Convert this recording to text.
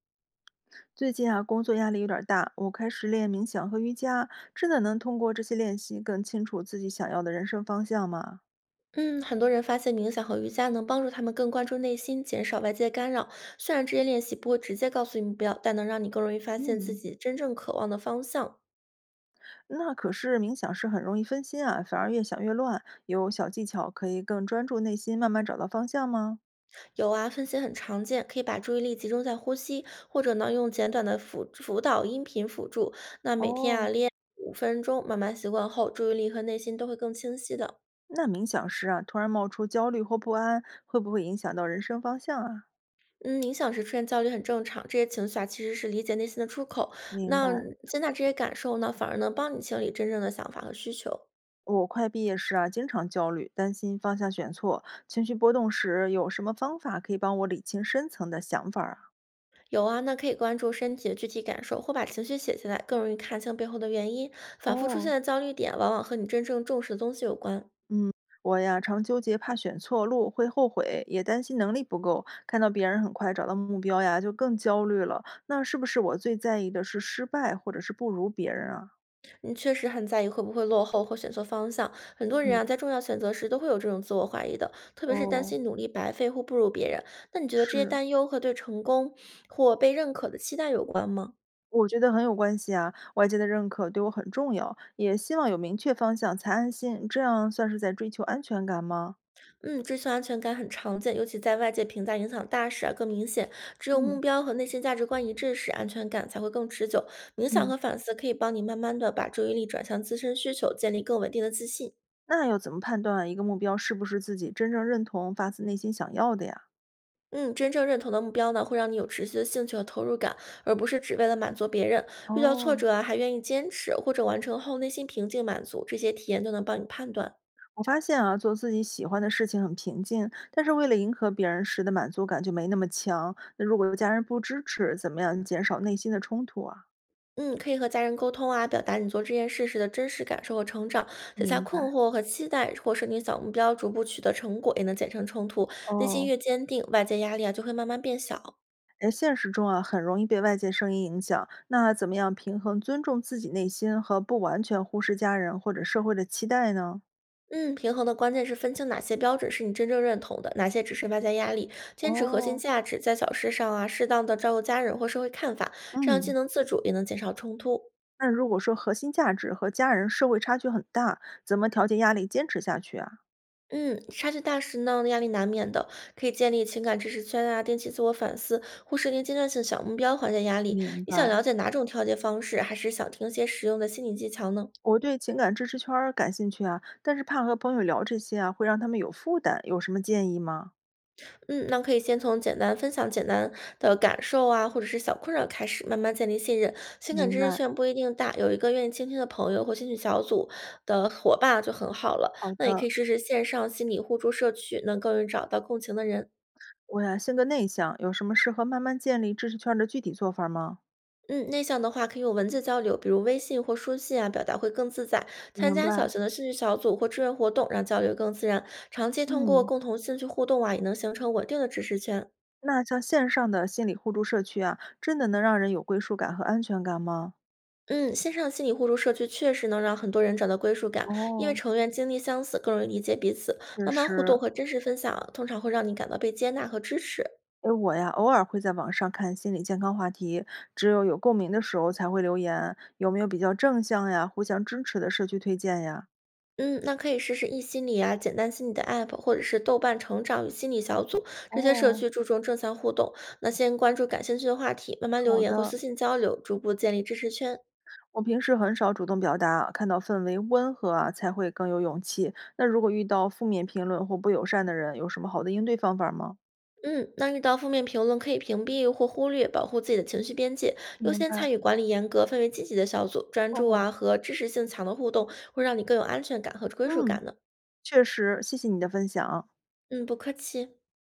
最近啊，工作压力有点儿大，我开始练冥想和瑜伽，真的能通过这些练习更清楚自己想要的人生方向吗？嗯，很多人发现冥想和瑜伽能帮助他们更关注内心，减少外界干扰。虽然这些练习不会直接告诉你目标，但能让你更容易发现自嗯，己真正渴望的方向。那可是冥想是很容易分心啊，反而越想越乱。有小技巧可以更专注内心，慢慢找到方向吗？有啊，分析很常见，可以把注意力集中在呼吸，或者呢用简短的辅导音频辅助。那每天啊哦，练5分钟，慢慢习惯后，注意力和内心都会更清晰的。那冥想时啊，突然冒出焦虑或不安，会不会影响到人生方向啊？嗯，冥想时出现焦虑很正常，这些情绪啊其实是理解内心的出口。明那白。接纳这些感受呢，反而能帮你清理真正的想法和需求。我快毕业时啊，经常焦虑，担心方向选错，情绪波动时，有什么方法可以帮我理清深层的想法儿啊？有啊，那可以关注身体的具体感受，或把情绪写下来，更容易看清背后的原因。反复出现哦，的焦虑点，往往和你真正重视的东西有关。嗯，我呀，常纠结，怕选错路会后悔，也担心能力不够。看到别人很快找到目标呀，就更焦虑了。那是不是我最在意的是失败，或者是不如别人啊？你确实很在意会不会落后或选错方向。很多人嗯，啊，在重要选择时都会有这种自我怀疑的，特别是担哦，心努力白费或不如别人。那你觉得这些是，担忧和对成功或被认可的期待有关吗？我觉得很有关系啊。外界的认可对我很重要，也希望有明确方向才安心。这样算是在追求安全感吗？嗯，追求安全感很常见，尤其在外界评价影响大时啊更明显。只有目嗯标和内心价值观一致时，安全感才会更持久。冥想嗯，和反思可以帮你慢慢的把注意力转向自身需求，建立更稳定的自信。那要怎么判断一个目标是不是自己真正认同、发自内心想要的呀？嗯，真正认同的目标呢，会让你有持续的兴趣和投入感，而不是只为了满足别人。遇到挫哦，折啊，还愿意坚持，或者完成后内心平静满足，这些体验都能帮你判断。我发现啊，做自己喜欢的事情很平静，但是为了迎合别人时的满足感就没那么强。那如果家人不支持，怎么样减少内心的冲突啊？嗯，可以和家人沟通啊，表达你做这件事时的真实感受和成长，写下明困白。惑和期待，或设定小目标，逐步取得成果，也能减轻冲突。内心哦，越坚定，外界压力啊就会慢慢变小。哎，现实中啊，很容易被外界声音影响。那怎么样平衡尊重自己内心和不完全忽视家人或者社会的期待呢？嗯，平衡的关键是分清哪些标准是你真正认同的，哪些只是外在压力。坚持核心哦，价值，在小事上啊，适当的照顾家人或社会看法，这样既嗯，能自主，也能减少冲突。那如果说核心价值和家人、社会差距很大，怎么调节压力，坚持下去啊？嗯，差距大时呢，压力难免的，可以建立情感支持圈啊，定期自我反思，或设定阶段性小目标，缓解压力。明你想了白。解哪种调节方式，还是想听些实用的心理技巧呢？我对情感支持圈儿感兴趣啊，但是怕和朋友聊这些啊，会让他们有负担，有什么建议吗？嗯，那可以先从分享简单的感受啊，或者是小困扰开始，慢慢建立信任。情感明支持白，圈不一定大，有一个愿意倾听的朋友或兴趣小组的伙伴就很好了。好那也可的。以试试线上心理互助社区，能更容易找到共情的人。我呀，性格内向，有什么适合慢慢建立知识圈儿的具体做法吗？嗯，内向的话可以用文字交流，比如微信或书信啊，表达会更自在。参明加小白。型的兴趣小组或志愿活动，让交流更自然。长期通过嗯，共同兴趣互动啊，也能形成稳定的知识圈。那像线上的心理互助社区啊，真的能让人有归属感和安全感吗？嗯，线上心理互助社区确实能让很多人找到归属感，因为哦，成员经历相似，更容易理解彼此。确慢慢互实。动和真实分享啊通常会让你感到被接纳和支持。诶，我呀，偶尔会在网上看心理健康话题，只有有共鸣的时候才会留言。有没有比较正向呀、互相支持的社区推荐呀？嗯，那可以试试易心理啊、简单心理的 App，或者是豆瓣成长与心理小组，这些社哦，区注重正向互动。那先关注感兴趣的话题，慢慢留好言或的，私信交流，逐步建立支持圈。我平时很少主动表达，看到氛围温和啊，才会更有勇气。那如果遇到负面评论或不友善的人，有什么好的应对方法吗？嗯，那遇到负面评论可以屏蔽或忽略，保护自己的情绪边界，优明先白，参与管理严格、氛围积极的小组，专注哦，啊和支持性强的互动，会让你更有安全感和归属嗯，感的。确实，谢谢你的分享。嗯，不客气。